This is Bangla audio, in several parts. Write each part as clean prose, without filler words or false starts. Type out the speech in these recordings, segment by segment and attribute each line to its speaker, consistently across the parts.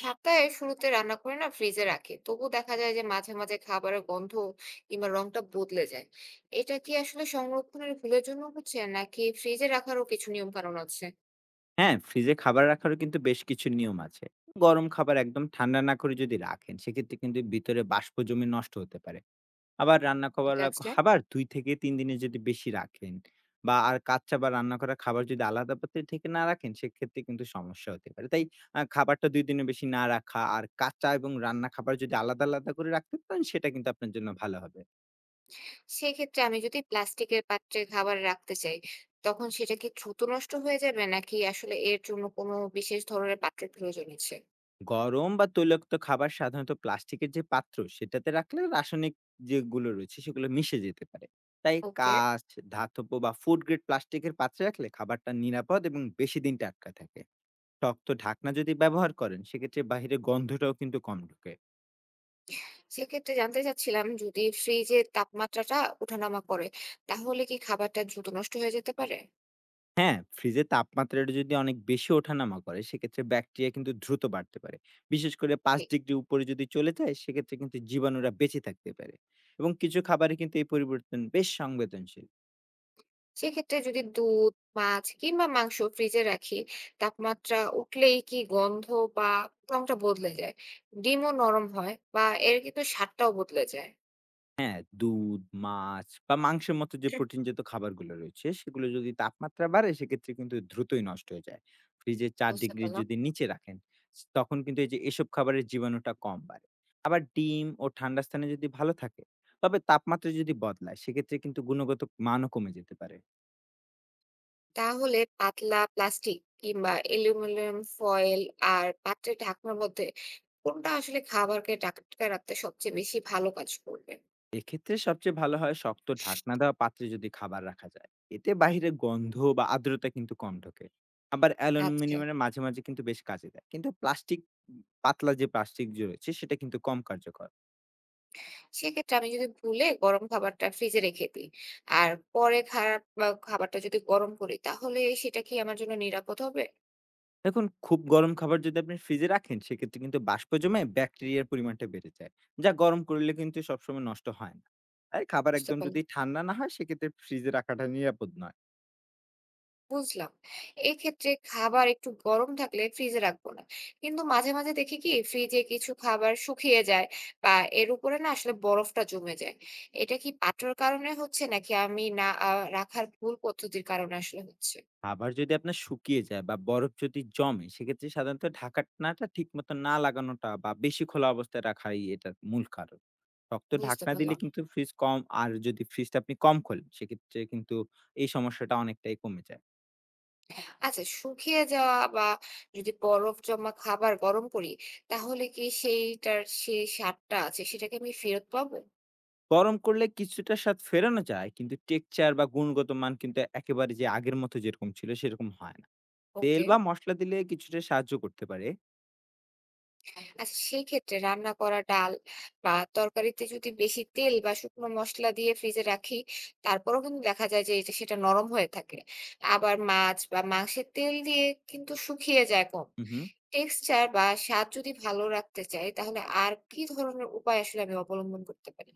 Speaker 1: সাপ্তাহের শুরুতে রান্না করে না ফ্রিজে রাখি তবু দেখা যায় যে মাঝে মাঝে খাবারের গন্ধ কিংবা রংটা বদলে যায়। এটা কি আসলে সংরক্ষণের ভুলের জন্য হচ্ছে নাকি ফ্রিজে রাখারও কিছু নিয়ম কানুন আছে?
Speaker 2: হ্যাঁ, ফ্রিজে খাবার রাখারও কিন্তু বেশ কিছু নিয়ম আছে। গরম খাবার একদম ঠান্ডা না করে যদি রাখেন, সেক্ষেত্রে কিন্তু ভিতরে বাষ্প জমে নষ্ট হতে পারে। আবার রান্না খাবার
Speaker 1: ঠিক
Speaker 2: রা
Speaker 1: আছে।
Speaker 2: খাবার ২ থেকে ৩ দিনের যদি বেশি রাখেন বা আর কাচ্চা বা রান্না করা খাবার যদি আলাদা পাত্রে থেকে না রাখেন, সেক্ষেত্রে কিন্তু সমস্যা হতে পারে। তাই খাবারটা ২ দিনের বেশি না রাখা আর কাঁচা এবং রান্না খাবার যদি আলাদা, আলাদা করে রাখতে পারেন, সেটা কিন্তু আপনার জন্য ভালো হবে।
Speaker 1: সেক্ষেত্রে আমি যদি প্লাস্টিকের পাত্রে খাবার রাখতে চাই তখন সেটা কি দ্রুত নষ্ট হয়ে যাবে নাকি আসলে এর জন্য কোনো বিশেষ ধরনের পাত্রের প্রয়োজন আছে?
Speaker 2: গরম বা তৈলাক্ত খাবার সাধারণত প্লাস্টিকের যে পাত্র সেটাতে রাখলে রাসায়নিক যেগুলো রয়েছে সেগুলো মিশে যেতে পারে। তাই
Speaker 1: ওকে।
Speaker 2: কাঁচ, ধাতব বা ফুড গ্রেড প্লাস্টিকের পাত্রে রাখলে খাবারটা নিরাপদ এবং বেশি দিন টাটকা থাকে। শক্ত ঢাকনা যদি ব্যবহার করেন সেক্ষেত্রে বাইরে গন্ধটাও কিন্তু কম ঢোকে।
Speaker 1: সেক্ষেত্রে জানতে চাচ্ছিলাম যদি ফ্রিজের তাপমাত্রাটা ওঠানামা করে তাহলে কি খাবারটা দ্রুত নষ্ট হয়ে যেতে পারে?
Speaker 2: হ্যাঁ, ফ্রিজে তাপমাত্রাটা যদি অনেক বেশি ওঠানামা করে সেক্ষেত্রে ব্যাকটেরিয়া কিন্তু দ্রুত বাড়তে পারে। বিশেষ করে ৫ ডিগ্রি উপরে যদি চলে যায় সেক্ষেত্রে কিন্তু জীবাণুরা বেঁচে থাকতে পারে এবং কিছু খাবারে কিন্তু এই পরিবর্তন বেশ সংবেদনশীল।
Speaker 1: সেক্ষেত্রে যদি দুধ, মাছ কিংবা মাংস ফ্রিজে রাখি, তাপমাত্রা উঠলেই কি গন্ধ বা রংটা বদলে যায়। ডিমও নরম হয় বা এর কিন্তু স্বাদটাও বদলে যায়।
Speaker 2: হ্যাঁ, দুধ, মাছ বা মাংসের মতো যে
Speaker 1: হুম।
Speaker 2: প্রোটিনজাত খাবারগুলো রয়েছে, সেগুলো যদি তাপমাত্রা বাড়ে সেক্ষেত্রে কিন্তু দ্রুতই নষ্ট হয়ে যায়। ফ্রিজে ৪
Speaker 1: বুঝতে
Speaker 2: ডিগ্রির
Speaker 1: পারলাম।
Speaker 2: যদি নিচে রাখেন, তখন কিন্তু এই যে এসব খাবারের জীবাণুটা কম বাড়ে। আবার ডিম ও ঠান্ডা স্থানে যদি ভালো থাকে, তবে তাপমাত্রা যদি বদলায় সেক্ষেত্রে কিন্তু গুণগত মানও কমে যেতে পারে।
Speaker 1: তাহলে পাতলা প্লাস্টিক কিংবা অ্যালুমিনিয়াম ফয়েল আর পাত্রের ঢাকনার মধ্যে কোনটা আসলে খাবারকে টাটকা রাখতে সবচেয়ে বেশি ভালো কাজ করবে?
Speaker 2: এক্ষেত্রে সবচেয়ে ভালো হয় শক্ত ঢাকনা দেওয়া পাত্রে যদি খাবার রাখা যায়। এতে বাহিরে গন্ধ বা আর্দ্রতা কিন্তু কম ঢোকে। আবার
Speaker 1: আচ্ছা।
Speaker 2: অ্যালুমিনিয়ামের মাঝে মাঝে কিন্তু বেশ কাজে দেয়, কিন্তু প্লাস্টিক পাতলা যে প্লাস্টিক যে রয়েছে সেটা কিন্তু কম কার্যকর।
Speaker 1: সেক্ষেত্রে আমি যদি ভুলে গরম খাবারটা ফ্রিজে রেখে দিই, আর পরে খারাপ বা খাবারটা যদি গরম করি তাহলে সেটা কি আমার জন্য নিরাপদ হবে?
Speaker 2: দেখুন, খুব গরম খাবার যদি আপনি ফ্রিজে রাখেন সেক্ষেত্রে কিন্তু বাষ্প জমে ব্যাকটেরিয়ার পরিমাণটা বেড়ে যায়, যা গরম করলে কিন্তু সবসময় নষ্ট হয় না। আর খাবার
Speaker 1: বুঝতে
Speaker 2: একদম
Speaker 1: পারলাম।
Speaker 2: যদি ঠান্ডা না হয় সেক্ষেত্রে ফ্রিজে রাখাটা নিরাপদ নয়।
Speaker 1: বুঝলাম। এক্ষেত্রে খাবার একটু গরম থাকলে ফ্রিজে রাখবো না। কিন্তু মাঝে মাঝে দেখি কি ফ্রিজে কিছু খাবার শুকিয়ে যায় বা এর উপরে না আসলে বরফটা জমে যায়। এটা কি পাত্রর কারণে হচ্ছে নাকি আমি না আ রাখার ভুল পদ্ধতির কারণে আসলে হচ্ছে?
Speaker 2: খাবার যদি আপনার শুকিয়ে যায় বা বরফ যদি জমে সেক্ষেত্রে সাধারণত ঢাকনাটা ঠিক মতো না লাগানোটা বা বেশি খোলা অবস্থায় রাখাই এটার মূল কারণ। শক্ত
Speaker 1: বুঝতে
Speaker 2: ঢাকনা দিলে
Speaker 1: পারলাম।
Speaker 2: কিন্তু ফ্রিজ কম, আর যদি ফ্রিজটা আপনি কম খোলেন সেক্ষেত্রে কিন্তু এই সমস্যাটা অনেকটাই কমে যায়।
Speaker 1: আচ্ছা শুকিয়ে যাওয়া বা যদি বরফ জমা খাবার গরম করি তাহলে কি সেইটার স্বাদটা আছে সেটাকে আমি ফেরত পাবো?
Speaker 2: গরম করলে কিছুটা স্বাদ ফেরানো যায়, কিন্তু টেক্সচার বা গুণগত মান কিন্তু একেবারে যে আগের মতো যেরকম ছিল সেরকম হয় না। তেল
Speaker 1: ওকে।
Speaker 2: বা মশলা দিলে কিছুটা সাহায্য করতে পারে।
Speaker 1: আচ্ছা সেই ক্ষেত্রে রান্না করা ডাল বা তরকারিতে যদি বেশি তেল বা শুকনো মশলা দিয়ে ফ্রিজে রাখি তারপরেও কিন্তু দেখা যায় যে এটা সেটা নরম হয়ে থাকে। আবার মাছ বা মাংসের তেল দিয়ে কিন্তু শুকিয়ে যায় কম।
Speaker 2: হুম, হুম।
Speaker 1: টেক্সচার বা স্বাদ যদি ভালো রাখতে চাই তাহলে আর কি ধরনের উপায় আসলে আমি অবলম্বন করতে পারি?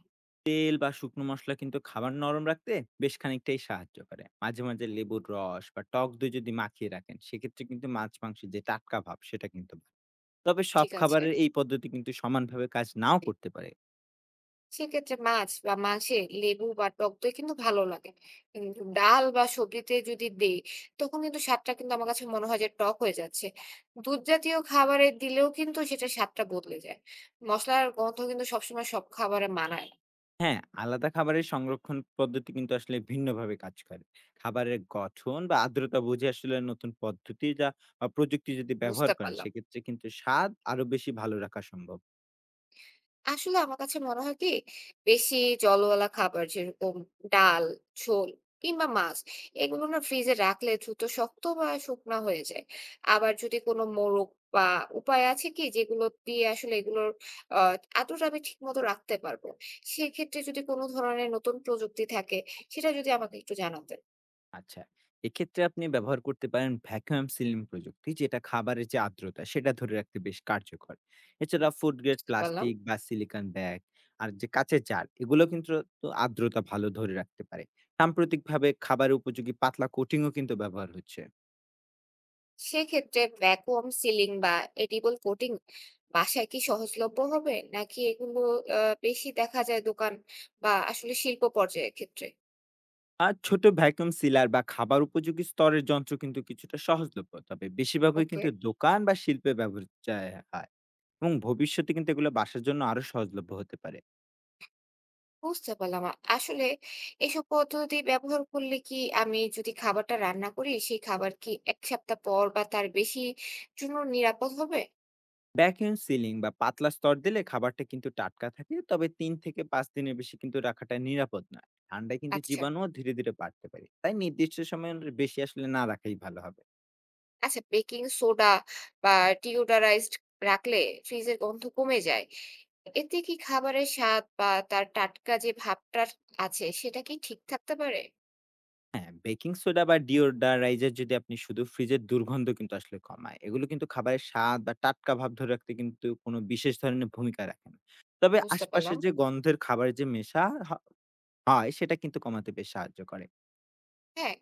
Speaker 2: তেল বা শুকনো মসলা কিন্তু খাবার নরম রাখতে বেশ খানিকটাই সাহায্য করে। মাঝে মাঝে লেবুর রস বা টক দই যদি মাখিয়ে রাখেন সেক্ষেত্রে কিন্তু মাছ মাংসের যে টাটকা ভাব সেটা কিন্তু বাড়ে। তবে সব
Speaker 1: ঠিক আছে।
Speaker 2: খাবারের এই পদ্ধতি কিন্তু সমানভাবে কাজ নাও করতে পারে।
Speaker 1: সেক্ষেত্রে মাছ বা মাংসে লেবু বা টক দই কিন্তু ভালো লাগে কিন্তু ডাল বা সবজিতে যদি দেই তখন কিন্তু স্বাদটা কিন্তু আমার কাছে মনে হয় যে টক হয়ে যাচ্ছে। দুধ জাতীয় খাবারে দিলেও কিন্তু সেটা স্বাদটা বদলে যায়। মশলার গন্ধ কিন্তু সবসময় সব খাবারে মানায় না।
Speaker 2: হ্যাঁ, আলাদা খাবারের সংরক্ষণ পদ্ধতি কিন্তু আসলে ভিন্নভাবে কাজ করে। খাবারের গঠন বা আর্দ্রতা বুঝে আসলে নতুন পদ্ধতি বা প্রযুক্তি যদি ব্যবহার
Speaker 1: বুঝতে
Speaker 2: করেন
Speaker 1: পারলাম।
Speaker 2: সেক্ষেত্রে কিন্তু স্বাদ আরো বেশি ভালো রাখা সম্ভব।
Speaker 1: আসলে আমার কাছে মনে হয় কি বেশি জলওয়ালা খাবার যেরকম ডাল, ঝোল কিংবা মাছ এগুলো না ফ্রিজে রাখলে দ্রুত শক্ত বা শুকনো হয়ে যায়। আবার যদি কোনো মোরগ বা উপায় আছে কি যেগুলো দিয়ে আসলে এগুলোর আহ আদর আমি ঠিক মতো রাখতে পারবো, সেক্ষেত্রে যদি কোনো ধরনের নতুন প্রযুক্তি থাকে সেটা যদি আমাকে একটু জানাতেন।
Speaker 2: আচ্ছা। এক্ষেত্রে আপনি ব্যবহার করতে পারেন ভ্যাকুয়াম সিলিং প্রযুক্তি, যেটা খাবারের যে আর্দ্রতা সেটা ধরে রাখতে বেশ কার্যকর। এছাড়া ফুড গ্রেড
Speaker 1: বুঝতে পারলাম।
Speaker 2: প্লাস্টিক বা সিলিকন ব্যাগ আর যে কাঁচের জার এগুলো কিন্তু তো আর্দ্রতা ভালো ধরে রাখতে পারে। সাম্প্রতিকভাবে খাবার উপযোগী পাতলা কোটিংও কিন্তু ব্যবহার হচ্ছে।
Speaker 1: সেক্ষেত্রে ভ্যাকুয়াম সিলিং বা এডিবল কোটিং বাসায় কি সহজলভ্য হবে নাকি এগুলো বেশি দেখা যায় দোকান বা আসলে শিল্প পর্যায়ের ক্ষেত্রে?
Speaker 2: আর ছোট ভ্যাকুয়াম সিলার বা খাবার উপযোগী স্তরের যন্ত্র কিন্তু কিছুটা সহজলভ্য। তবে বেশিরভাগই
Speaker 1: ওকে।
Speaker 2: কিন্তু দোকান বা শিল্পে ব্যবহৃত হয়, এবং ভবিষ্যতে কিন্তু এগুলো বাসার জন্য আরো সহজলভ্য হতে পারে।
Speaker 1: বুঝতে পারলাম আসলে এসব পদ্ধতি ব্যবহার করলে কি আমি যদি খাবারটা রান্না করি সেই খাবার কি এক সপ্তাহ পর বা তার বেশি জন্য নিরাপদ হবে?
Speaker 2: ভ্যাকুয়াম সিলিং বা পাতলা স্তর দিলে খাবারটা কিন্তু টাটকা থাকে, তবে ৩ থেকে ৫ দিনের বেশি কিন্তু রাখাটা নিরাপদ নয়। ঠান্ডায় কিন্তু
Speaker 1: আচ্ছা।
Speaker 2: জীবাণু ধীরে ধীরে বাড়তে পারে, তাই নির্দিষ্ট সময়ের বেশি আসলে না রাখাই ভালো হবে।
Speaker 1: আচ্ছা বেকিং সোডা বা ডিওডোরাইজড রাখলে ফ্রিজের গন্ধ কমে যায়, এতে কি খাবারের স্বাদ বা তার টাটকা যে ভাবটা আছে সেটা কি ঠিক থাকতে পারে?
Speaker 2: হ্যাঁ, বেকিং সোডা বা ডিওডারাইজার যদি আপনি শুধু ফ্রিজের দুর্গন্ধ কিন্তু আসলে কমায়, এগুলো কিন্তু খাবারের স্বাদ বা টাটকা ভাব ধরে রাখতে কিন্তু কোনো বিশেষ ধরনের ভূমিকা রাখে না। তবে
Speaker 1: বুঝতে পারলাম।
Speaker 2: আশপাশের যে গন্ধের খাবারের যে মেশা হ- হয় সেটা কিন্তু কমাতে বেশ সাহায্য করে।
Speaker 1: হ্যাঁ,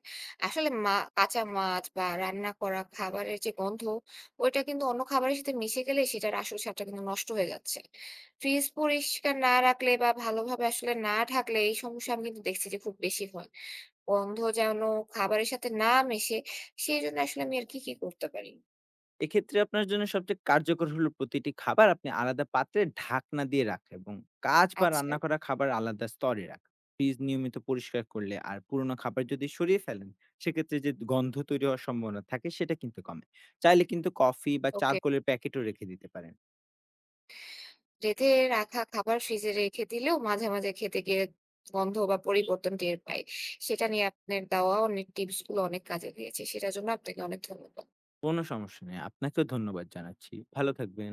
Speaker 1: আসলে কাঁচা মাছ বা রান্না করা খাবারের যে গন্ধ ওইটা কিন্তু অন্য খাবারের সাথে মিশে গেলে সেটার আসল স্বাদটা কিন্তু নষ্ট হয়ে যাচ্ছে। ফ্রিজ পরিষ্কার না রাখলে বা ভালোভাবে আসলে না ঢাকলে এই সমস্যা আমি কিন্তু দেখছি যে খুব বেশি হয়। গন্ধ যেন খাবারের সাথে না মেশে, সেজন্য আসলে আমি আর কি কি করতে পারি?
Speaker 2: এক্ষেত্রে আপনার জন্য সবচেয়ে কার্যকর হলো প্রতিটি খাবার আপনি আলাদা পাত্রে ঢাকনা দিয়ে রাখা এবং কাঁচ বা
Speaker 1: আচ্ছা,
Speaker 2: রান্না করা খাবার আলাদা স্তরে রাখা। ফ্রিজ নিয়মিত পরিষ্কার করলে আর পুরোনো খাবার যদি সরিয়ে ফেলেন সেক্ষেত্রে যে গন্ধ তৈরি হওয়ার সম্ভাবনা থাকে সেটা কিন্তু কমে। চাইলে কিন্তু কফি বা
Speaker 1: ওকে।
Speaker 2: চারকোলের প্যাকেটও রেখে দিতে পারেন।
Speaker 1: রেঁধে রাখা খাবার ফ্রিজে রেখে দিলেও মাঝে মাঝে খেতে গিয়ে গন্ধ বা পরিবর্তন টের পাই। সেটা নিয়ে আপনার দেওয়া অনেক টিপস গুলো অনেক কাজে দিয়েছে। সেটার জন্য আপনাকে অনেক ধন্যবাদ।
Speaker 2: কোনো সমস্যা নেই। আপনাকেও ধন্যবাদ জানাচ্ছি। ভালো থাকবেন।